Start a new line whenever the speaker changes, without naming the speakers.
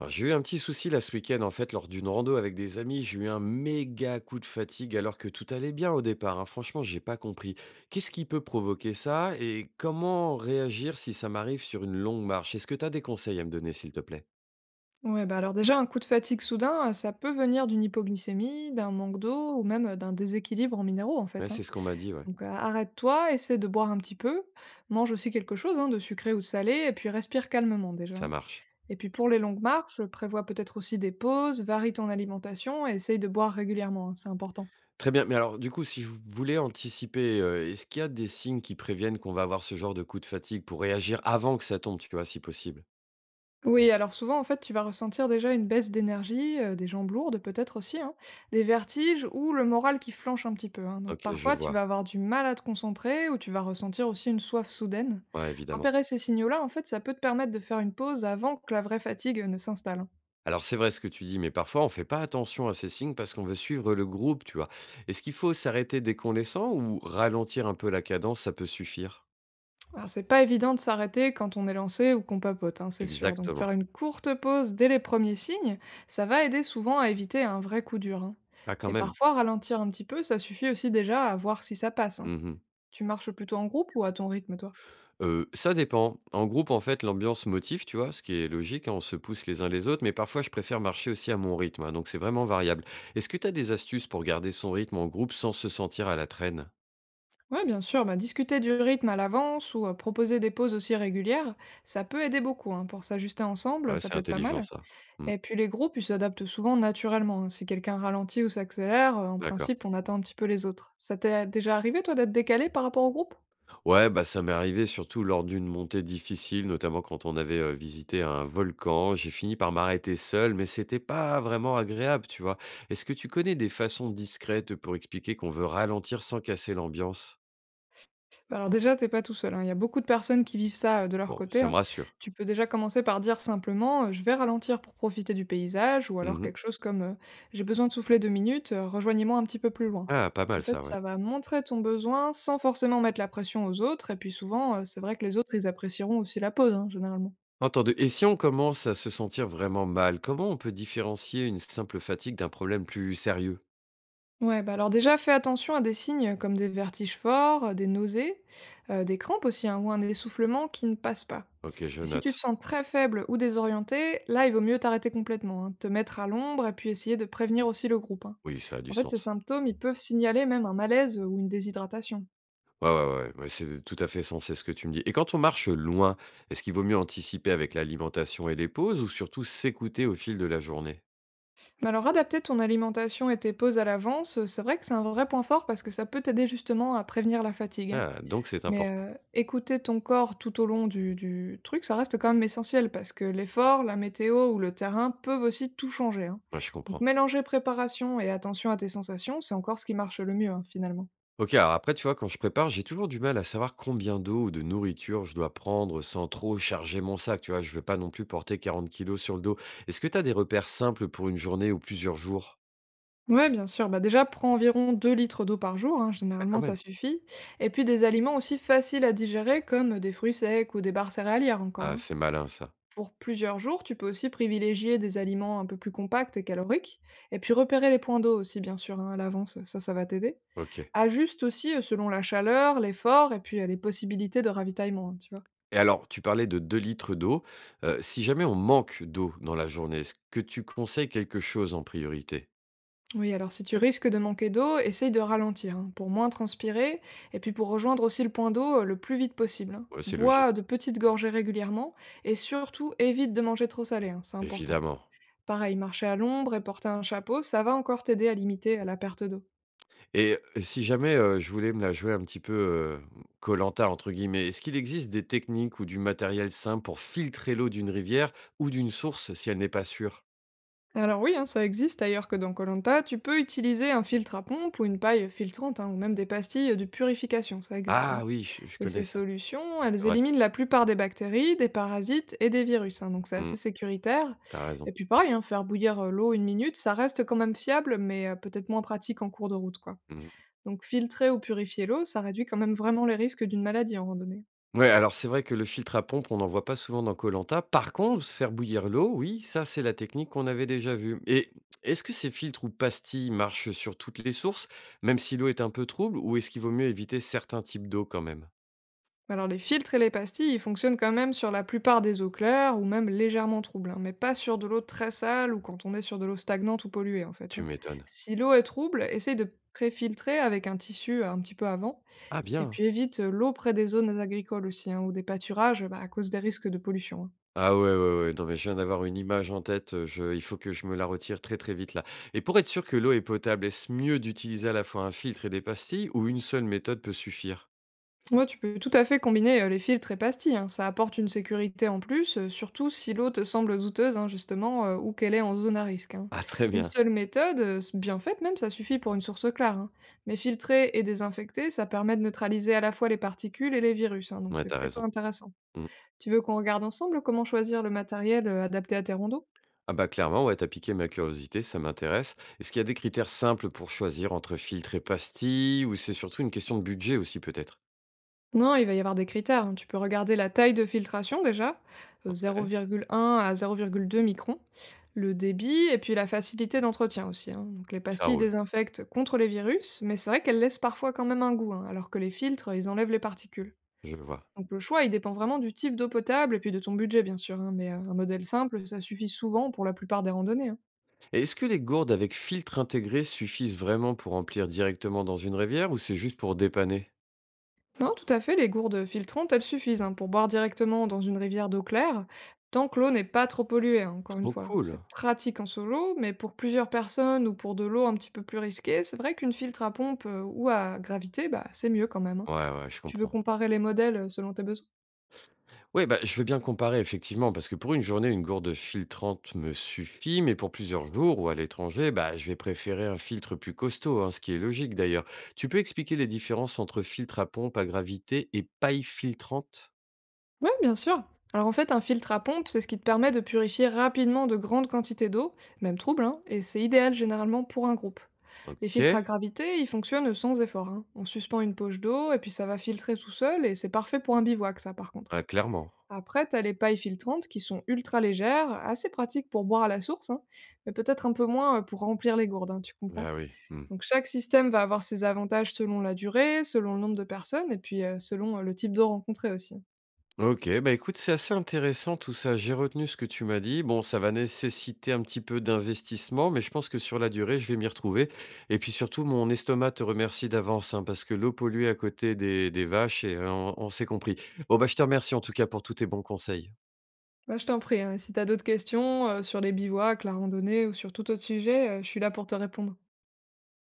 Alors, j'ai eu un petit souci là ce week-end en fait lors d'une rando avec des amis, j'ai eu un méga coup de fatigue alors que tout allait bien au départ, hein. Franchement, j'ai pas compris. Qu'est-ce qui peut provoquer ça et comment réagir si ça m'arrive sur une longue marche? Est-ce que tu as des conseils à me donner, s'il te plaît?
Ouais, bah alors déjà, un coup de fatigue soudain, ça peut venir d'une hypoglycémie, d'un manque d'eau ou même, d'un déséquilibre en minéraux, en
Ouais,
fait, hein.
c'est ce qu'on m'a dit, ouais.
Donc a arrête-toi, essaie de boire un petit peu, mange aussi quelque chose, hein, de sucré ou de salé et puis respire calmement déjà,
Ça
hein.
marche.
Et puis pour les longues marches, prévois peut-être aussi des pauses, varie ton alimentation et essaye de boire régulièrement, hein, c'est important.
Très bien, mais alors du coup, si je voulais anticiper, est-ce qu'il y a des signes qui préviennent qu'on va avoir ce genre de coup de fatigue pour réagir avant que ça tombe, tu vois, si possible?
Oui, alors souvent, en fait, tu vas ressentir déjà une baisse d'énergie, des jambes lourdes peut-être aussi, hein, des vertiges ou le moral qui flanche un petit peu, hein. Donc
Ok, je
parfois, tu vas
vois.
avoir du mal à te concentrer ou tu vas ressentir aussi une soif soudaine.
Ouais, évidemment.
Repérer ces signaux-là, en fait, ça peut te permettre de faire une pause avant que la vraie fatigue, ne s'installe, hein.
Alors c'est vrai ce que tu dis, mais parfois on fait pas attention à ces signes parce qu'on veut suivre le groupe, tu vois. Est-ce qu'il faut s'arrêter dès qu'on les sent ou ralentir un peu la cadence, ça peut suffire?
Alors c'est pas évident de s'arrêter quand on est lancé ou qu'on papote, hein, c'est sûr. Donc faire
Exactement.
une courte pause dès les premiers signes, ça va aider souvent à éviter un vrai coup dur, hein.
Ah quand
Et
même.
parfois, ralentir un petit peu, ça suffit aussi déjà à voir si ça passe, hein.
Mhm.
Tu marches plutôt en groupe ou à ton rythme, toi?
Ça dépend. En groupe, en fait, l'ambiance motive, tu vois, ce qui est logique, hein, on se pousse les uns les autres, mais parfois je préfère marcher aussi à mon rythme, hein, donc c'est vraiment variable. Est-ce que tu as des astuces pour garder son rythme en groupe sans se sentir à la traîne?
Ouais, bien sûr, bah, discuter du rythme à l'avance ou proposer des pauses aussi régulières, ça peut aider beaucoup, hein. Pour s'ajuster ensemble,
Ouais,
ça
c'est
peut être pas
intelligent
mal.
ça. Mm.
Et puis les groupes, ils s'adaptent souvent naturellement, hein. Si quelqu'un ralentit ou s'accélère, en
D'accord.
principe, on attend un petit peu les autres. Ça t'est déjà arrivé, toi, d'être décalé par rapport au groupe?
Ouais, bah, ça m'est arrivé surtout lors d'une montée difficile, notamment quand on avait, visité un volcan. J'ai fini par m'arrêter seul, mais c'était pas vraiment agréable, tu vois? Est-ce que tu connais des façons discrètes pour expliquer qu'on veut ralentir sans casser l'ambiance?
Bah, alors déjà, t'es pas tout seul, hein. Il y a beaucoup de personnes qui vivent ça, de leur
Bon,
côté,
ça me
hein.
rassure.
Tu peux déjà commencer par dire simplement, «Je vais ralentir pour profiter du paysage» ou alors
Mmh.
quelque chose comme, «J'ai besoin de souffler 2 minutes, rejoignez-moi un petit peu plus loin».
Ah, pas
En
mal
fait,
ça, ouais.
ça va montrer ton besoin sans forcément mettre la pression aux autres et puis souvent, c'est vrai que les autres, ils apprécieront aussi la pause, hein, généralement.
Entendu, et si on commence à se sentir vraiment mal, comment on peut différencier une simple fatigue d'un problème plus sérieux?
Ouais, bah alors déjà, fais attention à des signes comme des vertiges forts, des nausées, des crampes aussi, hein, ou un essoufflement qui ne passe pas.
OK, je
Et si tu te
note.
sens très faible ou désorienté, là, il vaut mieux t'arrêter complètement, hein, te mettre à l'ombre et puis essayer de prévenir aussi le groupe, hein.
Oui, ça a du
En fait, ces
sens.
symptômes, ils peuvent signaler même un malaise ou une déshydratation.
Ouais, ouais, ouais, ouais, c'est tout à fait sensé ce que tu me dis. Et quand on marche loin, est-ce qu'il vaut mieux anticiper avec l'alimentation et les pauses ou surtout s'écouter au fil de la journée?
Mais alors, adapter ton alimentation et tes pauses à l'avance, c'est vrai que c'est un vrai point fort parce que ça peut t'aider justement à prévenir la fatigue, hein.
Ah, donc c'est
Mais,
important.
écouter ton corps tout au long du truc, ça reste quand même essentiel parce que l'effort, la météo ou le terrain peuvent aussi tout changer, hein.
Ouais, je
Donc
comprends.
mélanger préparation et attention à tes sensations, c'est encore ce qui marche le mieux, hein, finalement.
Ok, alors après, tu vois, quand je prépare, j'ai toujours du mal à savoir combien d'eau ou de nourriture je dois prendre sans trop charger mon sac. Tu vois, je veux pas non plus porter 40 kilos sur le dos. Est-ce que tu as des repères simples pour une journée ou plusieurs jours?
Ouais, bien sûr, bah, déjà prends environ 2 litres d'eau par jour, hein,
Ah,
généralement
quand
ça
même.
suffit et puis des aliments aussi faciles à digérer comme des fruits secs ou des barres céréalières encore,
Ah,
hein.
c'est malin ça.
Pour plusieurs jours, tu peux aussi privilégier des aliments un peu plus compacts et caloriques, et puis repérer les points d'eau aussi, bien sûr, hein, à l'avance, ça va t'aider.
Ok.
Ajuste aussi selon la chaleur, l'effort, et puis les possibilités de ravitaillement, hein, tu vois.
Et alors, tu parlais de 2 litres d'eau. Si jamais on manque d'eau dans la journée, est-ce que tu conseilles quelque chose en priorité?
Oui, alors si tu risques de manquer d'eau, essaye de ralentir, hein, pour moins transpirer, et puis pour rejoindre aussi le point d'eau le plus vite possible, hein.
Ouais, c'est logique,
Bois de petites gorgées régulièrement, et surtout évite de manger trop salé, hein, c'est important.
évidemment.
Pareil, marcher à l'ombre et porter un chapeau, ça va encore t'aider à limiter la perte d'eau.
Et si jamais, je voulais me la jouer un petit peu, colanta entre guillemets, est-ce qu'il existe des techniques ou du matériel simple pour filtrer l'eau d'une rivière ou d'une source si elle n'est pas sûre?
Alors oui, hein, ça existe ailleurs que dans Colanta. Tu peux utiliser un filtre à pompe ou une paille filtrante, hein, ou même des pastilles de purification, ça existe, hein.
Ah oui, je
Et ces
connais ça,
solutions,
c'est
elles
vrai.
éliminent la plupart des bactéries, des parasites et des virus, hein, donc c'est
Mmh,
assez sécuritaire.
tu
Et
raison.
puis pareil, hein, faire bouillir l'eau 1 minute, ça reste quand même fiable, mais peut-être moins pratique en cours de route, quoi.
Mmh.
Donc filtrer ou purifier l'eau, ça réduit quand même vraiment les risques d'une maladie en randonnée.
Ouais, alors c'est vrai que le filtre à pompe, on n'en voit pas souvent dans Colanta. Par contre, se faire bouillir l'eau, oui, ça c'est la technique qu'on avait déjà vue. Et est-ce que ces filtres ou pastilles marchent sur toutes les sources, même si l'eau est un peu trouble, ou est-ce qu'il vaut mieux éviter certains types d'eau quand même?
Alors les filtres et les pastilles, ils fonctionnent quand même sur la plupart des eaux claires ou même légèrement troubles, hein, mais pas sur de l'eau très sale ou quand on est sur de l'eau stagnante ou polluée en fait,
Tu
hein.
m'étonnes.
Si l'eau est trouble, essaye de préfiltrer avec un tissu un petit peu avant,
Ah
et
bien.
puis évite l'eau près des zones agricoles aussi, hein, ou des pâturages bah, à cause des risques de pollution, hein.
Ah ouais, ouais, ouais, non mais je viens d'avoir une image en tête, je... il faut que je me la retire très très vite là. Et pour être sûr que l'eau est potable, est-ce mieux d'utiliser à la fois un filtre et des pastilles, ou une seule méthode peut suffire?
Ouais, tu peux tout à fait combiner les filtres et pastilles, hein. Ça apporte une sécurité en plus, surtout si l'eau te semble douteuse, hein, justement, ou qu'elle est en zone à risque, hein.
Ah très
Une
bien,
seule méthode, bien faite même, ça suffit pour une source claire, hein. Mais filtrer et désinfecter, ça permet de neutraliser à la fois les particules et les virus, hein, donc
ouais,
c'est
t'as
plutôt
raison.
intéressant.
Mmh.
Tu veux qu'on regarde ensemble comment choisir le matériel adapté à tes rondeaux?
Ah bah clairement, ouais, t'as piqué ma curiosité, ça m'intéresse. Est-ce qu'il y a des critères simples pour choisir entre filtres et pastilles ou c'est surtout une question de budget aussi peut-être?
Non, il va y avoir des critères, hein. Tu peux regarder la taille de filtration déjà,
Ouais,
0,1 à 0,2 microns, le débit et puis la facilité d'entretien aussi, hein. Donc les
ça
pastilles
roule,
désinfectent contre les virus, mais c'est vrai qu'elles laissent parfois quand même un goût, hein, alors que les filtres, ils enlèvent les particules.
je vois.
Donc le choix, il dépend vraiment du type d'eau potable et puis de ton budget bien sûr, hein, mais un modèle simple, ça suffit souvent pour la plupart des randonnées, hein.
Et est-ce que les gourdes avec filtre intégré suffisent vraiment pour remplir directement dans une rivière ou c'est juste pour dépanner?
Non, tout à fait, les gourdes filtrantes, elles suffisent hein, pour boire directement dans une rivière d'eau claire, tant que l'eau n'est pas trop polluée, hein, encore une
Trop
fois.
cool.
C'est pratique en solo, mais pour plusieurs personnes ou pour de l'eau un petit peu plus risquée, c'est vrai qu'une filtre à pompe ou à gravité, bah, c'est mieux quand même, hein.
Ouais, ouais, je
Tu veux
comprends.
comparer les modèles selon tes besoins?
Ouais, bah, je veux bien comparer effectivement, parce que pour une journée, une gourde filtrante me suffit, mais pour plusieurs jours ou à l'étranger, bah, je vais préférer un filtre plus costaud, hein, ce qui est logique d'ailleurs. Tu peux expliquer les différences entre filtre à pompe à gravité et paille filtrante?
Oui, bien sûr. Alors en fait, un filtre à pompe, c'est ce qui te permet de purifier rapidement de grandes quantités d'eau, même trouble, hein, et c'est idéal généralement pour un groupe. Les
Ok,
filtres à gravité, ils fonctionnent sans effort, hein. On suspend une poche d'eau et puis ça va filtrer tout seul et c'est parfait pour un bivouac, ça par contre.
ah, clairement.
Après, t'as les pailles filtrantes qui sont ultra légères, assez pratiques pour boire à la source, hein, mais peut-être un peu moins pour remplir les gourdes, hein, tu comprends.
Ah oui. Mmh.
Donc chaque système va avoir ses avantages selon la durée, selon le nombre de personnes et puis selon le type d'eau rencontrée aussi.
OK, bah, écoute, c'est assez intéressant tout ça. J'ai retenu ce que tu m'as dit. Bon, ça va nécessiter un petit peu d'investissement, mais je pense que sur la durée, je vais m'y retrouver. Et puis surtout, mon estomac te remercie d'avance, hein, parce que l'eau polluée à côté des vaches, et, on s'est compris. Bon, bah, je te remercie en tout cas pour tous tes bons conseils.
Bah, je t'en prie, hein, si t'as d'autres questions, sur les bivouacs, la randonnée ou sur tout autre sujet, je suis là pour te répondre.